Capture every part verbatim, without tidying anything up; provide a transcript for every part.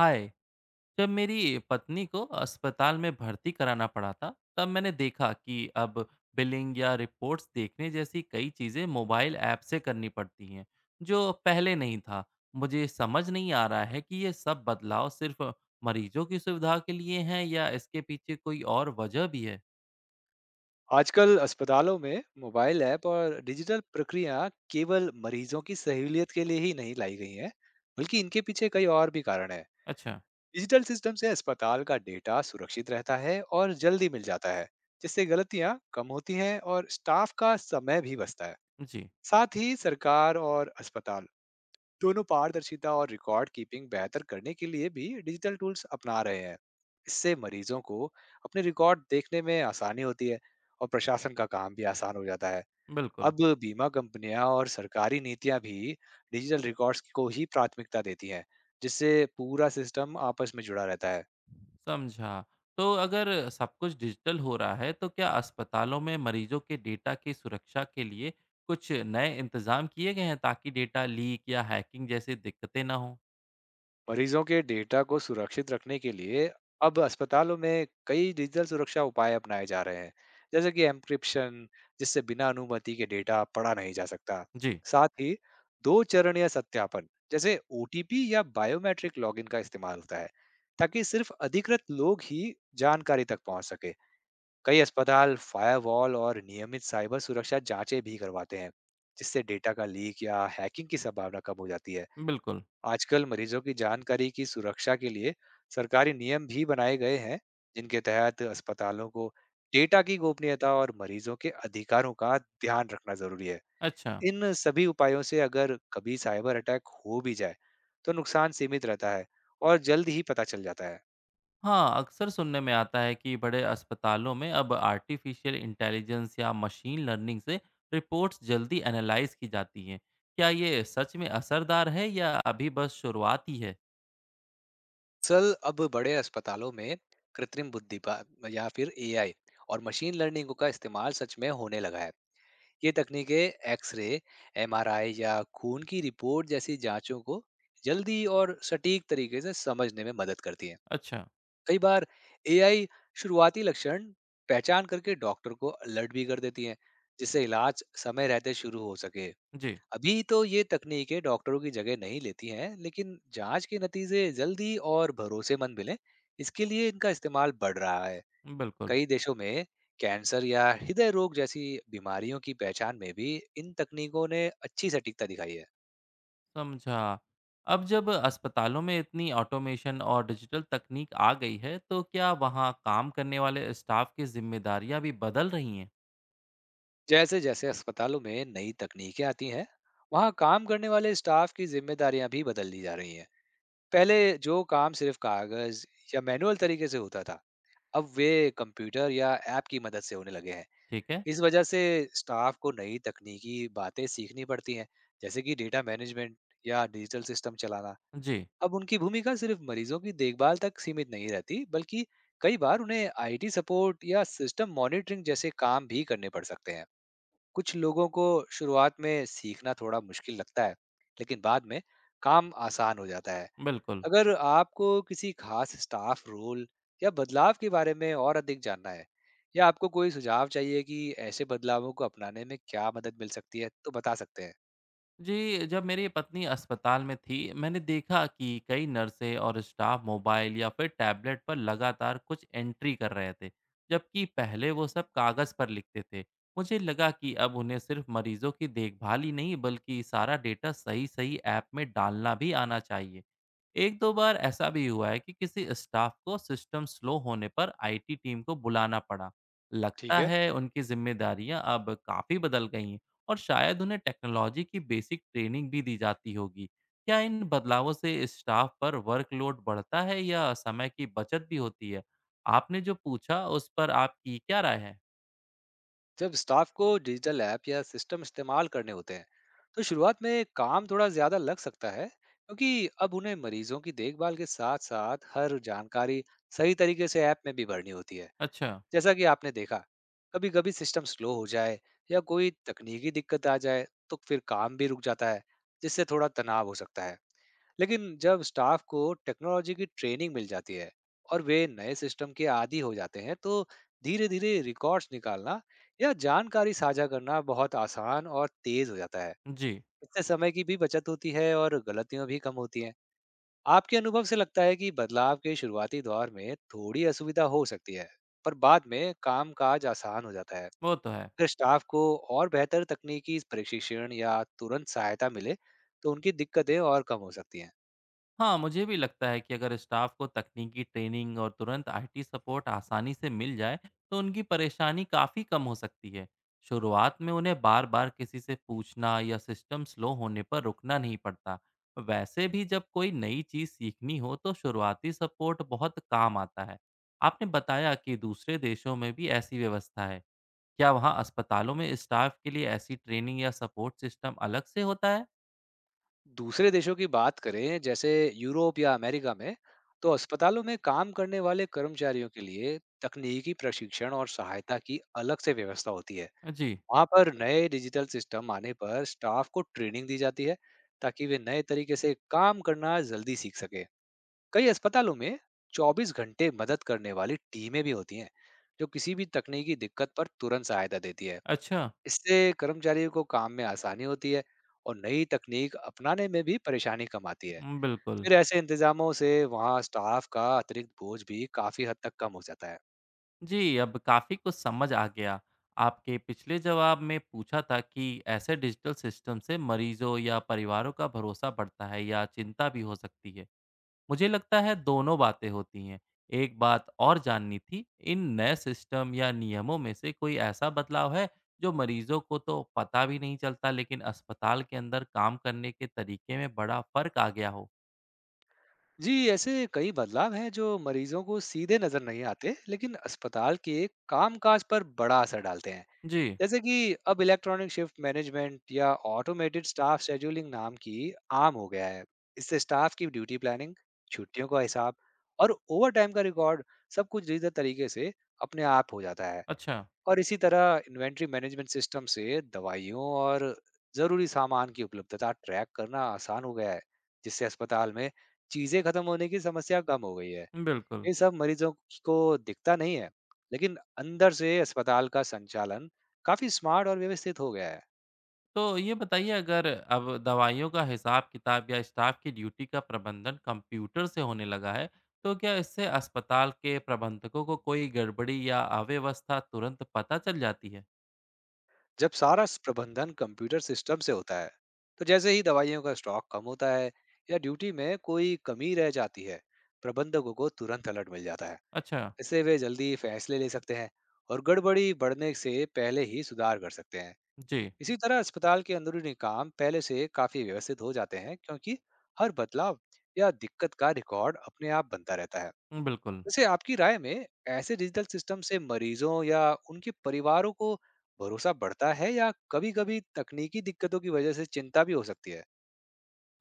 हाय। जब मेरी पत्नी को अस्पताल में भर्ती कराना पड़ा था तब मैंने देखा कि अब बिलिंग या रिपोर्ट्स देखने जैसी कई चीज़ें मोबाइल ऐप से करनी पड़ती हैं, जो पहले नहीं था। मुझे समझ नहीं आ रहा है कि ये सब बदलाव सिर्फ मरीजों की सुविधा के लिए हैं या इसके पीछे कोई और वजह भी है। आजकल अस्पतालों में मोबाइल ऐप और डिजिटल प्रक्रिया केवल मरीजों की सहूलियत के लिए ही नहीं लाई गई हैं, बल्कि इनके पीछे कई और भी कारण हैं। अच्छा। डिजिटल सिस्टम से अस्पताल का डेटा सुरक्षित रहता है और जल्दी मिल जाता है, जिससे गलतियां कम होती हैं और स्टाफ का समय भी बचता है। जी। साथ ही सरकार और अस्पताल दोनों पारदर्शिता और रिकॉर्ड कीपिंग बेहतर करने के लिए भी डिजिटल टूल्स अपना रहे हैं। इससे मरीजों को अपने रिकॉर्ड देखने में आसानी होती है और प्रशासन का काम भी आसान हो जाता है। बिल्कुल। अब बीमा कंपनियां और सरकारी नीतियां भी डिजिटल रिकॉर्ड्स को ही प्राथमिकता देती हैं, जिससे पूरा सिस्टम आपस में जुड़ा रहता है। समझा। तो अगर सब कुछ डिजिटल हो रहा है, तो क्या अस्पतालों में मरीजों के डेटा की सुरक्षा के लिए कुछ नए इंतज़ाम किए गए हैं ताकि डेटा लीक या हैकिंग जैसी दिक्कतें ना हों? मरीजों के डेटा को सुरक्षित रखने के लिए अब अस्पतालों में कई डिजिटल सुरक्षा उपाय अपनाए जा रहे हैं, जैसे कि एन्क्रिप्शन, जिससे बिना अनुमति के डेटा पढ़ा नहीं जा सकता। जी, साथ ही दो चरणीय सत्यापन जैसे ओटीपी या बायोमेट्रिक लॉगिन का इस्तेमाल होता है, ताकि सिर्फ अधिकृत लोग ही जानकारी तक पहुंच सके। कई अस्पताल फायरवॉल और नियमित साइबर सुरक्षा जांचें भी करवाते हैं, जिससे डेटा का लीक या हैकिंग की संभावना कम हो जाती है। बिल्कुल। आजकल मरीजों की जानकारी की सुरक्षा के लिए सरकारी नियम भी बनाए गए हैं, जिनके तहत अस्पतालों को डेटा की गोपनीयता और मरीजों के अधिकारों का ध्यान रखना जरूरी है। अच्छा। इन सभी उपायों से अगर कभी साइबर अटैक हो भी जाए तो नुकसान सीमित रहता है और जल्द ही पता चल जाता है। हाँ, अक्सर सुनने में आता है कि बड़े अस्पतालों में अब आर्टिफ़िशियल इंटेलिजेंस या मशीन लर्निंग से रिपोर्ट्स जल्दी एनालाइज़ की जाती हैं। क्या ये सच में असरदार है या अभी बस शुरुआत ही है? असल अब बड़े अस्पतालों में कृत्रिम बुद्धि पा- या फिर एआई और मशीन लर्निंग का इस्तेमाल सच में होने लगा है। ये तकनीकें एक्सरे, एमआरआई या खून की रिपोर्ट जैसी जांचों को जल्दी और सटीक तरीके से समझने में मदद करती हैं। अच्छा। कई बार एआई शुरुआती लक्षण पहचान करके डॉक्टर को अलर्ट भी कर देती हैं, जिससे इलाज समय रहते शुरू हो सके। जी, अभी तो ये तकनीकें डॉक्टरों की जगह नहीं लेती हैं, लेकिन जांच के नतीजे जल्दी और भरोसेमंद मिलें, इसके लिए इनका इस्तेमाल बढ़ रहा है। बिल्कुल। कई देशों में कैंसर या हृदय रोग जैसी बीमारियों की पहचान में भी इन तकनीकों ने अच्छी सटीकता दिखाई है। समझा। अब जब अस्पतालों में इतनी ऑटोमेशन और डिजिटल तकनीक आ गई है, तो क्या वहाँ काम करने वाले स्टाफ की ज़िम्मेदारियाँ भी बदल रही हैं? जैसे जैसे अस्पतालों में नई तकनीकें आती हैं, वहाँ काम करने वाले स्टाफ की जिम्मेदारियां भी बदल दी जा रही हैं। पहले जो काम सिर्फ कागज या मैनुअल तरीके से होता था, अब वे कंप्यूटर या ऐप की मदद से होने लगे हैं। ठीक है। इस वजह से स्टाफ को नई तकनीकी बातें सीखनी पड़ती हैं, जैसे कि डेटा मैनेजमेंट या डिजिटल सिस्टम चलाना। जी, अब उनकी भूमिका सिर्फ मरीजों की देखभाल तक सीमित नहीं रहती, बल्कि कई बार उन्हें आईटी सपोर्ट या सिस्टम मॉनिटरिंग जैसे काम भी करने पड़ सकते हैं। कुछ लोगों को शुरुआत में सीखना थोड़ा मुश्किल लगता है, लेकिन बाद में काम आसान हो जाता है। बिल्कुल। अगर आपको किसी खास स्टाफ रोल या बदलाव के बारे में और अधिक जानना है, या आपको कोई सुझाव चाहिए कि ऐसे बदलावों को अपनाने में क्या मदद मिल सकती है, तो बता सकते हैं। जी, जब मेरी पत्नी अस्पताल में थी, मैंने देखा कि कई नर्सें और स्टाफ मोबाइल या फिर टैबलेट पर लगातार कुछ एंट्री कर रहे थे, जबकि पहले वो सब कागज़ पर लिखते थे। मुझे लगा कि अब उन्हें सिर्फ मरीज़ों की देखभाल ही नहीं, बल्कि सारा डेटा सही-सही ऐप में डालना भी आना चाहिए। एक दो बार ऐसा भी हुआ है कि किसी स्टाफ को सिस्टम स्लो होने पर आईटी टीम को बुलाना पड़ा। ठीक लगता है। है उनकी जिम्मेदारियां अब काफी बदल गई हैं, और शायद उन्हें टेक्नोलॉजी की बेसिक ट्रेनिंग भी दी जाती होगी। क्या इन बदलावों से स्टाफ पर वर्कलोड बढ़ता है या समय की बचत भी होती है? आपने जो पूछा उस पर आपकी क्या राय है? जब स्टाफ को डिजिटल ऐप या सिस्टम इस्तेमाल करने होते हैं, तो शुरुआत में काम थोड़ा ज़्यादा लग सकता है, क्योंकि अब उन्हें मरीजों की देखभाल के साथ साथ हर जानकारी सही तरीके से ऐप में भी भरनी होती है। अच्छा। जैसा कि आपने देखा, कभी कभी सिस्टम स्लो हो जाए या कोई तकनीकी दिक्कत आ जाए, तो फिर काम भी रुक जाता है, जिससे थोड़ा तनाव हो सकता है। लेकिन जब स्टाफ को टेक्नोलॉजी की ट्रेनिंग मिल जाती है और वे नए सिस्टम के आदी हो जाते हैं, तो धीरे धीरे रिकॉर्ड्स निकालना या जानकारी साझा करना बहुत आसान और तेज हो जाता है। जी। इससे समय की भी बचत होती है और गलतियां भी कम होती हैं। आपके अनुभव से लगता है कि बदलाव के शुरुआती दौर में थोड़ी असुविधा हो सकती है, पर बाद में काम काज आसान हो जाता है। वो तो है। अगर स्टाफ को और बेहतर तकनीकी प्रशिक्षण या तुरंत सहायता मिले, तो उनकी दिक्कतें और कम हो सकती हैं। हाँ, मुझे भी लगता है कि अगर स्टाफ को तकनीकी ट्रेनिंग और तुरंत आईटी सपोर्ट आसानी से मिल जाए, तो उनकी परेशानी काफ़ी कम हो सकती है। शुरुआत में उन्हें बार-बार किसी से पूछना या सिस्टम स्लो होने पर रुकना नहीं पड़ता। वैसे भी जब कोई नई चीज़ सीखनी हो, तो शुरुआती सपोर्ट बहुत काम आता है। आपने बताया कि दूसरे देशों में भी ऐसी व्यवस्था है। क्या वहाँ अस्पतालों में स्टाफ के लिए ऐसी ट्रेनिंग या सपोर्ट सिस्टम अलग से होता है? दूसरे देशों की बात करें, जैसे यूरोप या अमेरिका में, तो अस्पतालों में काम करने वाले कर्मचारियों के लिए तकनीकी प्रशिक्षण और सहायता की अलग से व्यवस्था होती है। जी, वहां पर नए डिजिटल सिस्टम आने पर स्टाफ को ट्रेनिंग दी जाती है, ताकि वे नए तरीके से काम करना जल्दी सीख सके। कई अस्पतालों में चौबीस घंटे मदद करने वाली टीमें भी होती हैं, जो किसी भी तकनीकी दिक्कत पर तुरंत सहायता देती है। अच्छा, इससे कर्मचारियों को काम में आसानी होती है और नई तकनीक अपनाने में भी परेशानी कम आती है। उम, बिल्कुल। फिर ऐसे इंतजामों से वहाँ स्टाफ का अतिरिक्त बोझ भी काफी हद तक कम हो जाता है। जी, अब काफ़ी कुछ समझ आ गया। आपके पिछले जवाब में पूछा था कि ऐसे डिजिटल सिस्टम से मरीजों या परिवारों का भरोसा बढ़ता है या चिंता भी हो सकती है। मुझे लगता है दोनों बातें होती हैं। एक बात और जाननी थी, इन नए सिस्टम या नियमों में से कोई ऐसा बदलाव है जो मरीजों को तो पता भी नहीं चलता लेकिन अस्पताल के अंदर काम करने के तरीके में बड़ा फ़र्क आ गया हो? जी, ऐसे कई बदलाव हैं जो मरीजों को सीधे नजर नहीं आते, लेकिन अस्पताल के कामकाज पर बड़ा असर डालते हैं। जी, जैसे कि अब इलेक्ट्रॉनिक शिफ्ट मैनेजमेंट या ऑटोमेटेड स्टाफ शेड्यूलिंग नाम की आम हो गया है। इससे स्टाफ की ड्यूटी प्लानिंग, छुट्टियों का हिसाब और ओवर टाइम का रिकॉर्ड, सब कुछ डिजिटल तरीके से अपने आप हो जाता है। अच्छा, और इसी तरह इन्वेंट्री मैनेजमेंट सिस्टम से दवाइयों और ज़रूरी सामान की उपलब्धता ट्रैक करना आसान हो गया है, जिससे अस्पताल में चीज़ें खत्म होने की समस्या कम हो गई है। बिल्कुल। ये सब मरीजों को दिखता नहीं है, लेकिन अंदर से अस्पताल का संचालन काफी स्मार्ट और व्यवस्थित हो गया है। तो ये बताइए, अगर अब दवाइयों का हिसाब किताब या स्टाफ की ड्यूटी का प्रबंधन कंप्यूटर से होने लगा है, तो क्या इससे अस्पताल के प्रबंधकों को कोई गड़बड़ी या अव्यवस्था तुरंत पता चल जाती है? जब सारा स- प्रबंधन कंप्यूटर सिस्टम से होता है, तो जैसे ही दवाइयों का स्टॉक कम होता है या ड्यूटी में कोई कमी रह जाती है, प्रबंधकों को तुरंत अलर्ट मिल जाता है। अच्छा। इससे वे जल्दी फैसले ले सकते हैं और गड़बड़ी बढ़ने से पहले ही सुधार कर सकते हैं। जी। इसी तरह अस्पताल के अंदरूनी काम पहले से काफी व्यवस्थित हो जाते हैं, क्योंकि हर बदलाव या दिक्कत का रिकॉर्ड अपने आप बनता रहता है। बिल्कुल। वैसे आपकी राय में ऐसे डिजिटल सिस्टम से मरीजों या उनके परिवारों को भरोसा बढ़ता है, या कभी-कभी तकनीकी दिक्कतों की वजह से चिंता भी हो सकती है?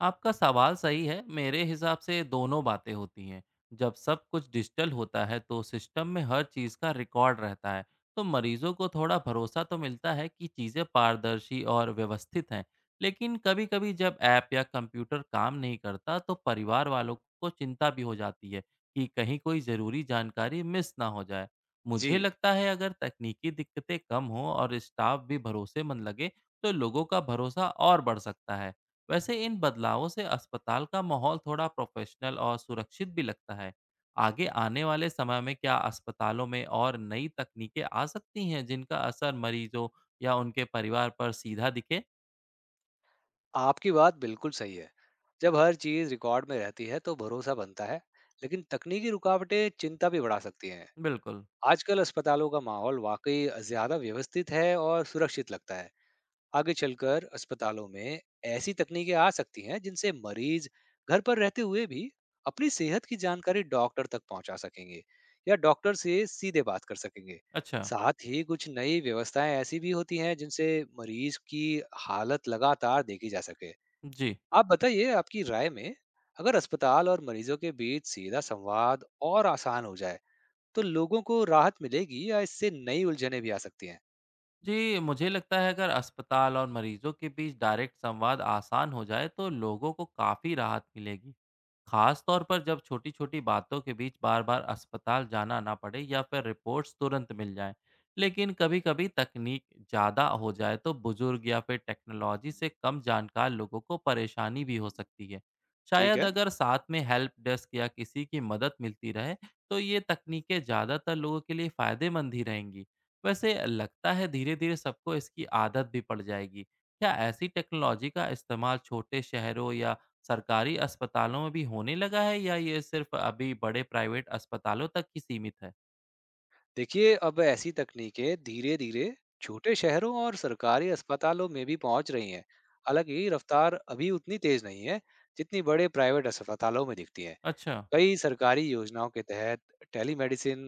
आपका सवाल सही है। मेरे हिसाब से दोनों बातें होती हैं। जब सब कुछ डिजिटल होता है तो सिस्टम में हर चीज़ का रिकॉर्ड रहता है, तो मरीजों को थोड़ा भरोसा तो मिलता है कि चीज़ें पारदर्शी और व्यवस्थित हैं। लेकिन कभी-कभी जब ऐप या कंप्यूटर काम नहीं करता तो परिवार वालों को चिंता भी हो जाती है कि कहीं कोई ज़रूरी जानकारी मिस ना हो जाए। जी, मुझे लगता है अगर तकनीकी दिक्कतें कम हों और स्टाफ भी भरोसेमंद लगे तो लोगों का भरोसा और बढ़ सकता है। वैसे इन बदलावों से अस्पताल का माहौल थोड़ा प्रोफेशनल और सुरक्षित भी लगता है। आगे आने वाले समय में क्या अस्पतालों में और नई तकनीकें आ सकती हैं जिनका असर मरीजों या उनके परिवार पर सीधा दिखे? आपकी बात बिल्कुल सही है। जब हर चीज रिकॉर्ड में रहती है तो भरोसा बनता है, लेकिन तकनीकी रुकावटें चिंता भी बढ़ा सकती हैं। बिल्कुल। आजकल अस्पतालों का माहौल वाकई ज्यादा व्यवस्थित है और सुरक्षित लगता है। आगे चलकर अस्पतालों में ऐसी तकनीकें आ सकती हैं, जिनसे मरीज घर पर रहते हुए भी अपनी सेहत की जानकारी डॉक्टर तक पहुंचा सकेंगे या डॉक्टर से सीधे बात कर सकेंगे। अच्छा, साथ ही कुछ नई व्यवस्थाएं ऐसी भी होती हैं, जिनसे मरीज की हालत लगातार देखी जा सके। जी। आप बताइए, आपकी राय में अगर अस्पताल और मरीजों के बीच सीधा संवाद और आसान हो जाए, तो लोगों को राहत मिलेगी या इससे नई उलझने भी आ सकती हैं? जी, मुझे लगता है अगर अस्पताल और मरीजों के बीच डायरेक्ट संवाद आसान हो जाए तो लोगों को काफ़ी राहत मिलेगी। खास तौर पर जब छोटी-छोटी बातों के बीच बार-बार अस्पताल जाना ना पड़े या फिर रिपोर्ट्स तुरंत मिल जाएं। लेकिन कभी-कभी तकनीक ज़्यादा हो जाए तो बुजुर्ग या फिर टेक्नोलॉजी से कम जानकार लोगों को परेशानी भी हो सकती है। ठीक शायद है। अगर साथ में हेल्प डेस्क या किसी की मदद मिलती रहे तो ये तकनीकें ज़्यादातर लोगों के लिए फ़ायदेमंद ही रहेंगी। वैसे लगता है धीरे-धीरे सबको इसकी आदत भी पड़ जाएगी। क्या ऐसी टेक्नोलॉजी का इस्तेमाल छोटे शहरों या सरकारी अस्पतालों में भी होने लगा है या ये सिर्फ अभी बड़े प्राइवेट अस्पतालों तक ही सीमित है? देखिए, अब ऐसी तकनीकें धीरे धीरे छोटे शहरों और सरकारी अस्पतालों में भी पहुंच रही हैं। हालांकि रफ्तार अभी उतनी तेज नहीं है, जितनी बड़े प्राइवेट अस्पतालों में दिखती है। अच्छा, कई सरकारी योजनाओं के तहत टेलीमेडिसिन,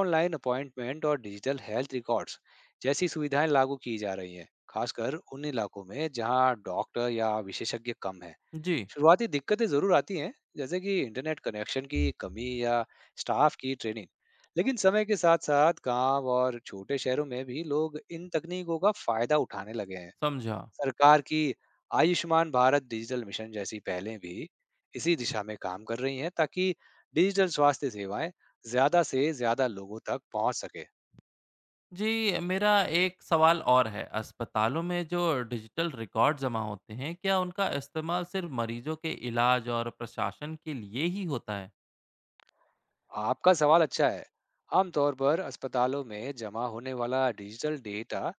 ऑनलाइन अपॉइंटमेंट और डिजिटल हेल्थ रिकॉर्ड्स जैसी सुविधाएं लागू की जा रही हैं, खासकर उन इलाकों में जहां डॉक्टर या विशेषज्ञ कम है। जी, शुरुआती दिक्कतें ज़रूर आती हैं, जैसे कि इंटरनेट कनेक्शन की कमी या स्टाफ की ट्रेनिंग। लेकिन समय के साथ-साथ गांव और छोटे शहरों में भी लोग इन तकनीकों का फायदा उठाने लगे हैं। समझा। सरकार की आयुष्मान भारत डिजिटल मिशन जैसी पहलें भी इसी दिशा में काम कर रही हैं, ताकि डिजिटल स्वास्थ्य सेवाएं ज़्यादा से ज़्यादा लोगों तक पहुंच सके। जी, मेरा एक सवाल और है। अस्पतालों में जो डिजिटल रिकॉर्ड जमा होते हैं, क्या उनका इस्तेमाल सिर्फ मरीजों के इलाज और प्रशासन के लिए ही होता है? आपका सवाल अच्छा है। आमतौर पर अस्पतालों में जमा होने वाला डिजिटल डेटा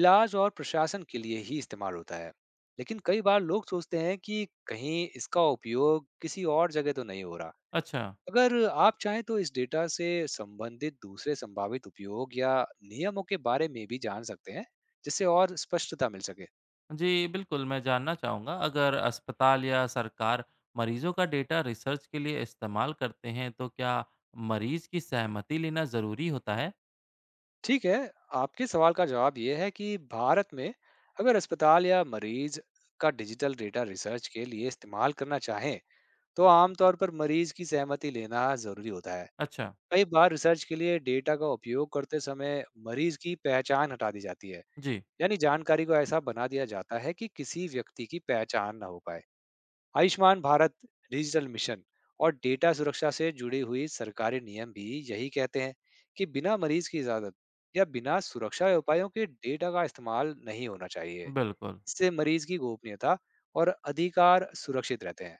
इलाज और प्रशासन के लिए ही इस्तेमाल होता है। लेकिन कई बार लोग सोचते हैं कि कहीं इसका उपयोग किसी और जगह तो नहीं हो रहा। अच्छा, अगर आप चाहें तो इस डेटा से संबंधित दूसरे संभावित उपयोग या नियमों के बारे में भी जान सकते हैं, जिससे और स्पष्टता मिल सके। जी, बिल्कुल, मैं जानना चाहूँगा। अगर अस्पताल या सरकार मरीजों का डेटा रिसर्च के लिए इस्तेमाल करते हैं, तो क्या मरीज की सहमति लेना ज़रूरी होता है? ठीक है। आपके सवाल का जवाब ये है कि भारत में अगर अस्पताल या मरीज का डिजिटल डेटा रिसर्च के लिए इस्तेमाल करना चाहें, तो आमतौर पर मरीज की सहमति लेना जरूरी होता है। अच्छा, कई बार रिसर्च के लिए डेटा का उपयोग करते समय मरीज की पहचान हटा दी जाती है, जी। यानी जानकारी को ऐसा बना दिया जाता है कि किसी व्यक्ति की पहचान ना हो पाए। आयुष्मान भारत डिजिटल मिशन और डेटा सुरक्षा से जुड़ी हुई सरकारी नियम भी यही कहते हैं कि बिना मरीज की इजाजत या बिना सुरक्षा उपायों के डेटा का इस्तेमाल नहीं होना चाहिए। बिल्कुल, इससे मरीज की गोपनीयता और अधिकार सुरक्षित रहते हैं।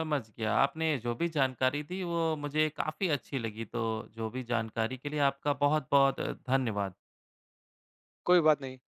समझ गया। आपने जो भी जानकारी दी वो मुझे काफ़ी अच्छी लगी, तो जो भी जानकारी के लिए आपका बहुत-बहुत धन्यवाद। कोई बात नहीं।